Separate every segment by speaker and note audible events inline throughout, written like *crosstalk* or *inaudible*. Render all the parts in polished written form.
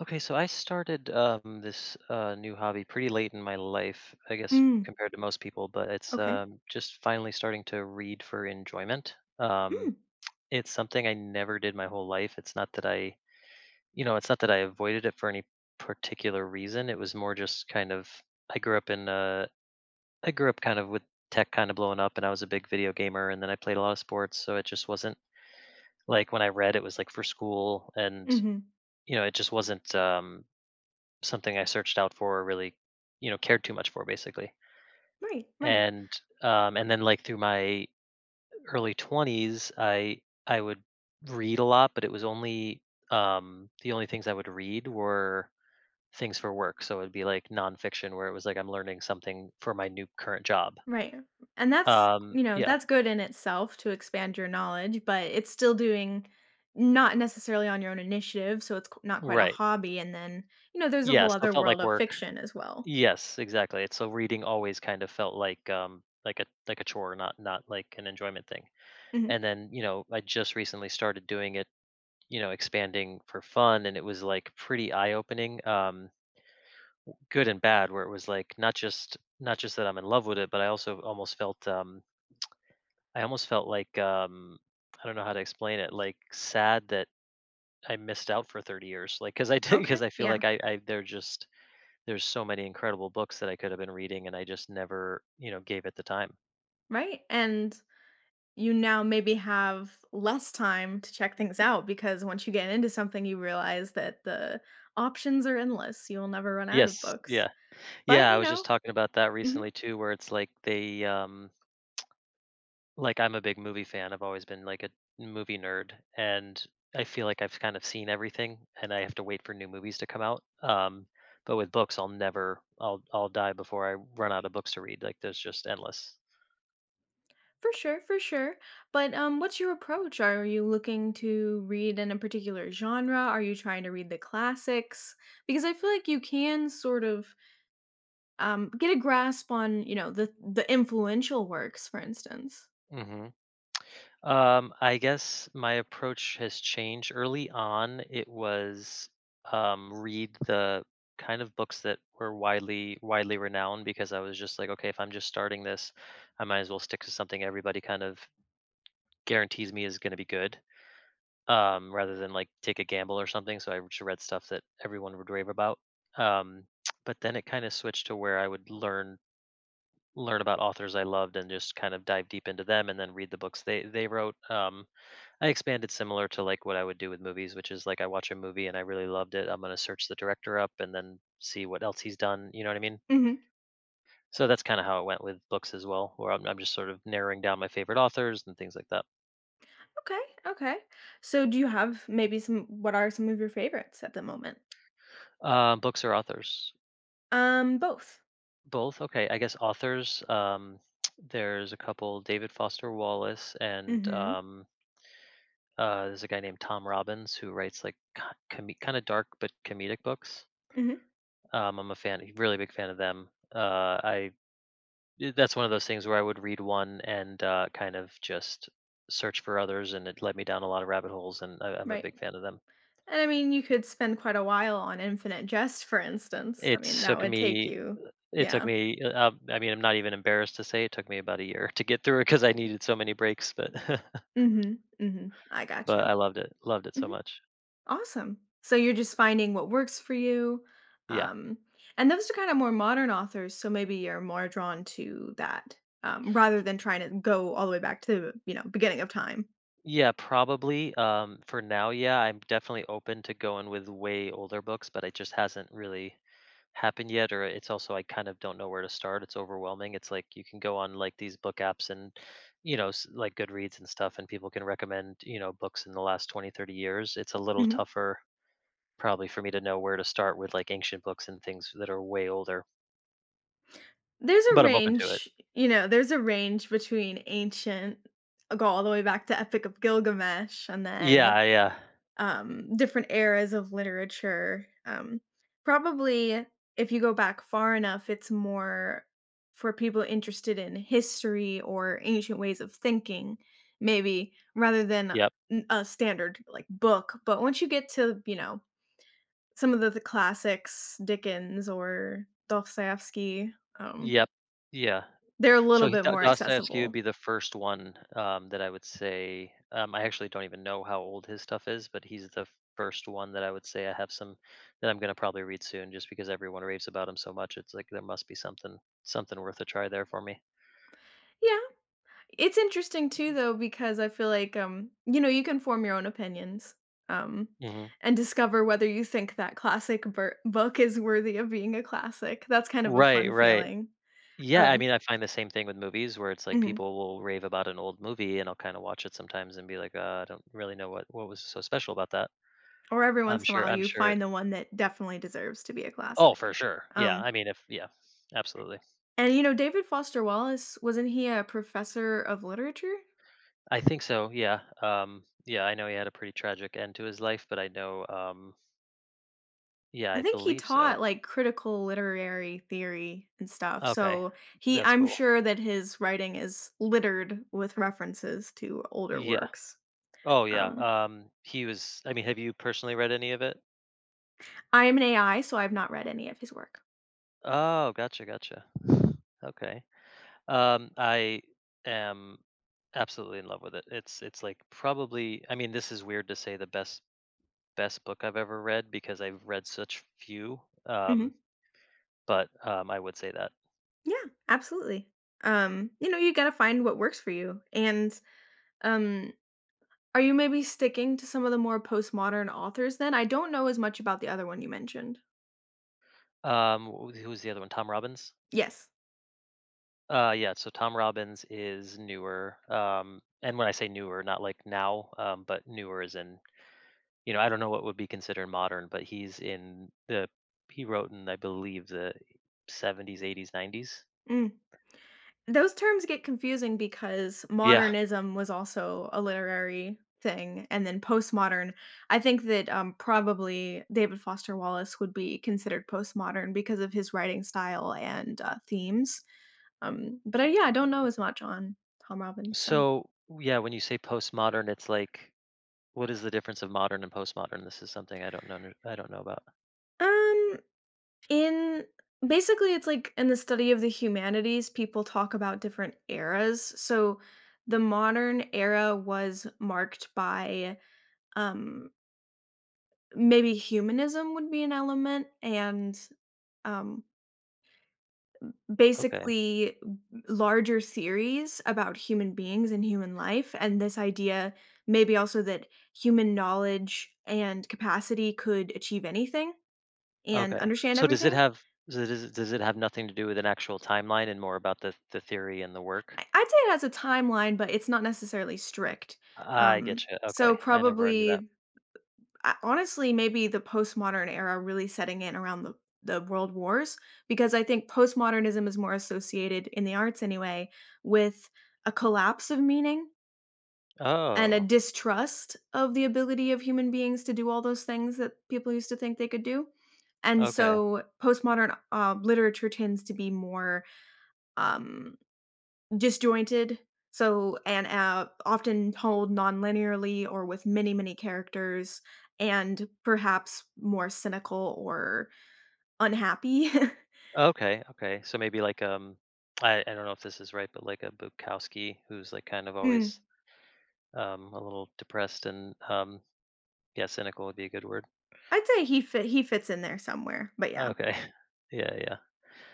Speaker 1: Okay, so I started this new hobby pretty late in my life, I guess,
Speaker 2: Mm,
Speaker 1: compared to most people, but it's
Speaker 2: okay.
Speaker 1: just finally starting to read for enjoyment.
Speaker 2: Mm,
Speaker 1: It's something I never did my whole life. It's not that it's not that I avoided it for any particular reason. It was more just kind of, I grew up in, uh, I grew up kind of with tech kind of blowing up, and I was a big video gamer, and then I played a lot of sports, so it just wasn't like when I read, it was like for school, and,
Speaker 2: mhm.
Speaker 1: you know, it just wasn't. Something I searched out for or really cared too much for basically.
Speaker 2: Right, right,
Speaker 1: And and then through my early 20s, I would read a lot, but it was only the only things I would read were things for work. So it'd be like nonfiction where it was like I'm learning something for my new current job.
Speaker 2: right, and
Speaker 1: Yeah,
Speaker 2: that's good in itself to expand your knowledge, but it's still doing not necessarily on your own initiative, so it's q not quite a
Speaker 1: right.
Speaker 2: hobby, and then, there's a
Speaker 1: Yeah,
Speaker 2: whole
Speaker 1: still
Speaker 2: other
Speaker 1: felt
Speaker 2: world
Speaker 1: like
Speaker 2: of
Speaker 1: work.
Speaker 2: fiction as well.
Speaker 1: Yes, exactly. It's so reading always kind of felt like like a chore, not like an enjoyment thing.
Speaker 2: Mhm.
Speaker 1: And then I just recently started doing it, expanding for fun, and it was like pretty eye-opening, good and bad where it was like not just that I'm in love with it, but I also almost felt I almost felt I don't know how to explain it, like sad that I missed out for 30 years. Like cuz I did *laughs* because
Speaker 2: Okay,
Speaker 1: I feel
Speaker 2: yeah,
Speaker 1: like I they're just there's so many incredible books that I could have been reading, and I just never gave it the time.
Speaker 2: right, and you now maybe have less time to check things out because once you get into something, you realize that the options are endless, you'll never run out of
Speaker 1: Yes,
Speaker 2: books,
Speaker 1: yeah.
Speaker 2: but,
Speaker 1: Yeah, I
Speaker 2: you
Speaker 1: was just
Speaker 2: know
Speaker 1: talking about that
Speaker 2: Mhm.
Speaker 1: recently too where it's like, I'm a big movie fan. I've always been like a movie nerd, and I feel like I've kind of seen everything, and I have to wait for new movies to come out. But with books, I'll never, I'll die before I run out of books to read. Like, there's just endless.
Speaker 2: For sure, for sure. But what's your approach? Are you looking to read in a particular genre? Are you trying to read the classics? Because I feel like you can sort of get a grasp on, the influential works, for instance.
Speaker 1: hmm I guess my approach has changed. Early on, it was read the kind of books that were widely renowned because I was just like, okay, if I'm just starting this, I might as well stick to something everybody kind of guarantees me is going to be good. Um, rather than like take a gamble or something. So I just read stuff that everyone would rave about. Um, but then it kind of switched to where I would learn about authors I loved and just kind of dive deep into them and then read the books they wrote. I expanded similar to like what I would do with movies, which is like I watch a movie and I really loved it. I'm gonna search the director up and then see what else he's done. You know what I mean?
Speaker 2: Hmm.
Speaker 1: So that's kind of how it went with books as well, where I'm just sort of narrowing down my favorite authors and things like that.
Speaker 2: Okay, okay. So do you have maybe some? What are some of your favorites at the moment?
Speaker 1: Books or authors?
Speaker 2: Both.
Speaker 1: Both? Okay. I guess authors, there's a couple, David Foster Wallace, and
Speaker 2: Mm-hmm.
Speaker 1: there's a guy named Tom Robbins who writes like kind of dark but comedic books.
Speaker 2: Mm-hmm.
Speaker 1: I'm a fan, really big fan of them. Uh, I that's one of those things where I would read one and kind of just search for others, and it led me down a lot of rabbit holes. And I'm a
Speaker 2: Right.
Speaker 1: big fan of them.
Speaker 2: And I mean, you could spend quite a while on Infinite Jest, for instance. I
Speaker 1: It
Speaker 2: mean, that
Speaker 1: took
Speaker 2: would take
Speaker 1: me.
Speaker 2: you.
Speaker 1: It took
Speaker 2: Yeah.
Speaker 1: me. I mean, I'm not even embarrassed to say it took me about a year *laughs* to get through it because I needed so many breaks. But *laughs*
Speaker 2: Mhm, mhm. I got
Speaker 1: But
Speaker 2: you.
Speaker 1: I loved it so
Speaker 2: Mhm.
Speaker 1: much.
Speaker 2: Awesome. So you're just finding what works for you,
Speaker 1: Yeah.
Speaker 2: um, and those are kinda more modern authors, so maybe you're more drawn to that, rather than trying to go all the way back to, the beginning of time.
Speaker 1: Yeah, probably, for now, yeah, I'm definitely open to going with way older books, but it just hasn't really happened yet, or it's also I kind of don't know where to start. It's overwhelming. It's like, you can go on, like, these book apps and, you know, s like Goodreads and stuff, and people can recommend books in the last 20, 30 years. It's a little
Speaker 2: Mhm.
Speaker 1: tougher probably for me to know where to start with, like, ancient books and things that are way older,
Speaker 2: There's a
Speaker 1: but I'm open to it.
Speaker 2: range, there's a range between ancient, go all the way back to Epic of Gilgamesh, and then
Speaker 1: Yeah, yeah.
Speaker 2: different eras of literature. Probably, if you go back far enough, it's more for people interested in history or ancient ways of thinking, maybe rather than
Speaker 1: Yep,
Speaker 2: a standard like book. But once you get to some of the classics, Dickens or Dostoevsky, um,
Speaker 1: yep, yeah.
Speaker 2: they're a
Speaker 1: So
Speaker 2: little bit more
Speaker 1: Dostoevsky would
Speaker 2: accessible.
Speaker 1: be the first one that I would say. I actually don't even know how old his stuff is, but he's the first one that I would say I have some that I'm going to probably read soon, just because everyone raves about him so much. It's like there must be something worth a try there for me.
Speaker 2: Yeah, it's interesting too though because I feel like, you can form your own opinions, um,
Speaker 1: hmm
Speaker 2: and discover whether you think that classic bur book is worthy of being a classic. That's kind of a
Speaker 1: Right,
Speaker 2: fun
Speaker 1: right.
Speaker 2: feeling.
Speaker 1: Yeah, I
Speaker 2: Um
Speaker 1: mean, I find the same thing with movies where it's like
Speaker 2: mhm.
Speaker 1: people will rave about an old movie, and I'll kind of watch it sometimes and be like, I don't really know what was so special about that.
Speaker 2: Or every
Speaker 1: I'm
Speaker 2: once in a
Speaker 1: sure.
Speaker 2: while,
Speaker 1: I'm
Speaker 2: you
Speaker 1: sure.
Speaker 2: find the one that definitely deserves to be a
Speaker 1: Oh,
Speaker 2: classic.
Speaker 1: for sure. Yeah.
Speaker 2: Um,
Speaker 1: I mean, if yeah, absolutely.
Speaker 2: and, David Foster Wallace, wasn't he a professor of literature?
Speaker 1: I think so. Yeah. Yeah, I know he had a pretty tragic end to his life, but I know. Yeah,
Speaker 2: I
Speaker 1: I
Speaker 2: think he
Speaker 1: believe so.
Speaker 2: taught, like, critical literary theory and stuff,
Speaker 1: Okay,
Speaker 2: so he
Speaker 1: that's
Speaker 2: I'm
Speaker 1: cool.
Speaker 2: sure that his writing is littered with references to older
Speaker 1: Yeah.
Speaker 2: works.
Speaker 1: Oh, yeah.
Speaker 2: Um,
Speaker 1: He was. I mean, have you personally read any of it?
Speaker 2: I am an AI, so I've not read any of his work.
Speaker 1: Oh, gotcha, gotcha. Okay. I am absolutely in love with it. It's like probably. I mean, this is weird to say the best book I've ever read because I've read such few.
Speaker 2: Mhm.
Speaker 1: But, I would say that.
Speaker 2: Yeah, absolutely. You gotta find what works for you, and, um, are you maybe sticking to some of the more postmodern authors then? I don't know as much about the other one you mentioned.
Speaker 1: Wh who was the other one? Tom Robbins?
Speaker 2: Yes.
Speaker 1: Yeah, so Tom Robbins is newer, and when I say newer, not like now, but newer is in, you know, I don't know what would be considered modern, but he's in the he wrote in, I believe, the 70s, 80s, 90s.
Speaker 2: Mm. Those terms get confusing because
Speaker 1: Yeah.
Speaker 2: modernism was also a literary thing, and then postmodern. I think that probably David Foster Wallace would be considered postmodern because of his writing style and themes. Yeah, I don't know as much on Tom Robbins. So
Speaker 1: So, yeah, when you say postmodern, it's like, what is the difference of modern and postmodern? This is something I don't know about.
Speaker 2: um, in basically, it's like in the study of the humanities, people talk about different eras. So the modern era was marked by um maybe humanism would be an element and, um,
Speaker 1: Okay,
Speaker 2: basically larger theories about human beings and human life, and this idea maybe also that human knowledge and capacity could achieve anything and
Speaker 1: okay.
Speaker 2: understand
Speaker 1: So does it
Speaker 2: everything.
Speaker 1: have does it have nothing to do with an actual timeline and more about the theory and the work?
Speaker 2: I'd say it has a timeline, but it's not necessarily strict.
Speaker 1: I get you.
Speaker 2: So
Speaker 1: Okay, I never knew that.
Speaker 2: probably I honestly, maybe the postmodern era really setting in around the world wars because I think postmodernism is more associated in the arts anyway with a collapse of meaning and a
Speaker 1: Oh,
Speaker 2: distrust of the ability of human beings to do all those things that people used to think they could do. And
Speaker 1: okay,
Speaker 2: so postmodern literature tends to be more um, disjointed, so and often told non-linearly or with many many characters and perhaps more cynical or unhappy. *laughs*
Speaker 1: okay. So maybe like I don't know if this is right, but like a Bukowski who's like kind of
Speaker 2: Mm.
Speaker 1: always a little depressed and yeah, cynical would be a good word.
Speaker 2: I'd say he fits in there somewhere, but yeah,
Speaker 1: Okay, *laughs* yeah,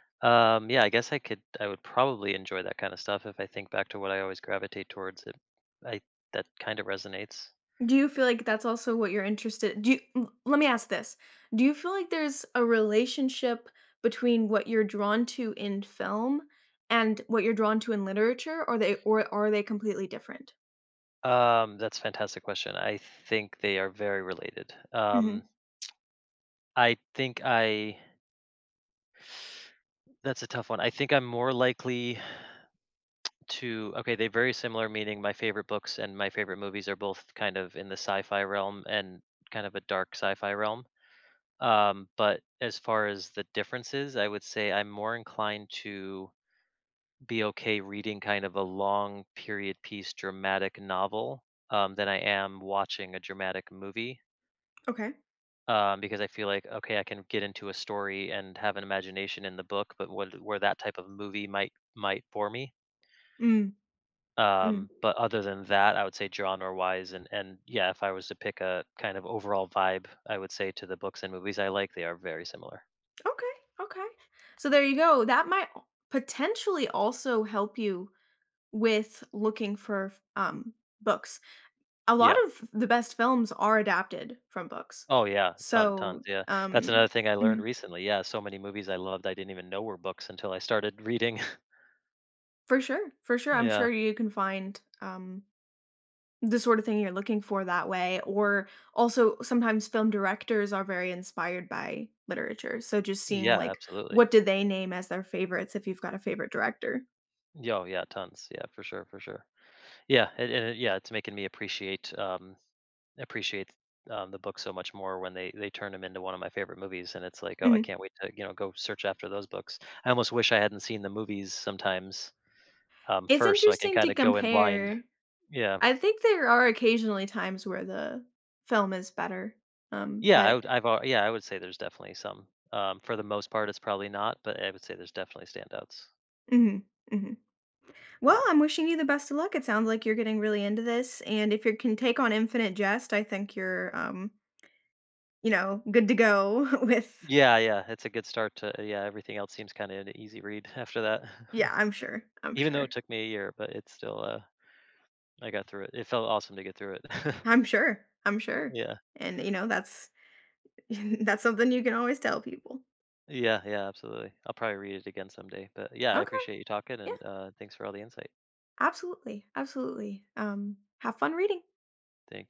Speaker 1: yeah. Yeah, I guess I could. I would probably enjoy that kind of stuff if I think back to what I always gravitate towards. It, I that kind of resonates.
Speaker 2: do you feel like that's also what you're interested, let me ask this, do you feel like there's a relationship between what you're drawn to in film and what you're drawn to in literature, or they or are they completely different?
Speaker 1: That's a fantastic question. I think they are very related.
Speaker 2: Hmm,
Speaker 1: I think I. That's a tough one. I think I'm more likely to. Okay, they're very similar. Meaning, my favorite books and my favorite movies are both kind of in the sci-fi realm, and kind of a dark sci-fi realm. But as far as the differences, I would say I'm more inclined to be okay reading kind of a long period piece dramatic novel, than I am watching a dramatic movie
Speaker 2: okay,
Speaker 1: because I feel like okay, I can get into a story and have an imagination in the book, but where that type of movie might bore me.
Speaker 2: mm.
Speaker 1: But other than that, I would say genre wise, and yeah, if I was to pick a kind of overall vibe, I would say to the books and movies I like, they are very similar.
Speaker 2: Okay, okay. So there you go. That might potentially also help you with looking for books. A lot
Speaker 1: Yeah,
Speaker 2: of the best films are adapted from books.
Speaker 1: oh yeah, tons,
Speaker 2: So,
Speaker 1: yeah. That's another
Speaker 2: um,
Speaker 1: thing I learned
Speaker 2: mhm,
Speaker 1: recently, yeah, so many movies I loved, I didn't even know were books until I started reading. *laughs*
Speaker 2: for sure, for sure. I'm
Speaker 1: Yeah.
Speaker 2: sure you can find the sort of thing you're looking for that way. Or also, sometimes film directors are very inspired by literature. So, just seeing
Speaker 1: Yeah,
Speaker 2: like
Speaker 1: absolutely.
Speaker 2: what do they name as their favorites if you've got a favorite director.
Speaker 1: Yeah, oh yeah, tons, yeah, for sure, for sure. Yeah, and yeah, it's making me appreciate, the book so much more when they turn them into one of my favorite movies, and it's like, "Oh, I
Speaker 2: Mhm.
Speaker 1: can't wait to, you know, go search after those books." I almost wish I hadn't seen the movies sometimes,
Speaker 2: It's
Speaker 1: first so I can
Speaker 2: interesting to
Speaker 1: kinda go in blind.
Speaker 2: compare.
Speaker 1: Yeah.
Speaker 2: I think there are occasionally times where the film is better,
Speaker 1: Yeah, I
Speaker 2: but
Speaker 1: would I've al yeah, I would say there's definitely some. For the most part, it's probably not, but I would say there's definitely standouts.
Speaker 2: mhm, mhm. Well,
Speaker 1: Yeah.
Speaker 2: I'm wishing you the best of luck. It sounds like you're getting really into this, and if you can take on Infinite Jest, I think you're, good to go *laughs* with.
Speaker 1: Yeah, yeah, it's a good start to yeah, everything else seems kinda an easy read *laughs* after that.
Speaker 2: Yeah,
Speaker 1: *laughs*
Speaker 2: I'm sure, I'm
Speaker 1: Even though it
Speaker 2: sure,
Speaker 1: took me a year, but it's still, I got through it. It felt awesome to get through it. *laughs*
Speaker 2: I'm sure, I'm sure,
Speaker 1: Yeah.
Speaker 2: and, that's *laughs* that's something you can always tell people.
Speaker 1: Yeah, yeah, absolutely. I'll probably read it again someday, but yeah, I
Speaker 2: Okay,
Speaker 1: appreciate you talking,
Speaker 2: yeah,
Speaker 1: and, thanks for all the insight.
Speaker 2: absolutely, absolutely, have fun reading.
Speaker 1: Thank you.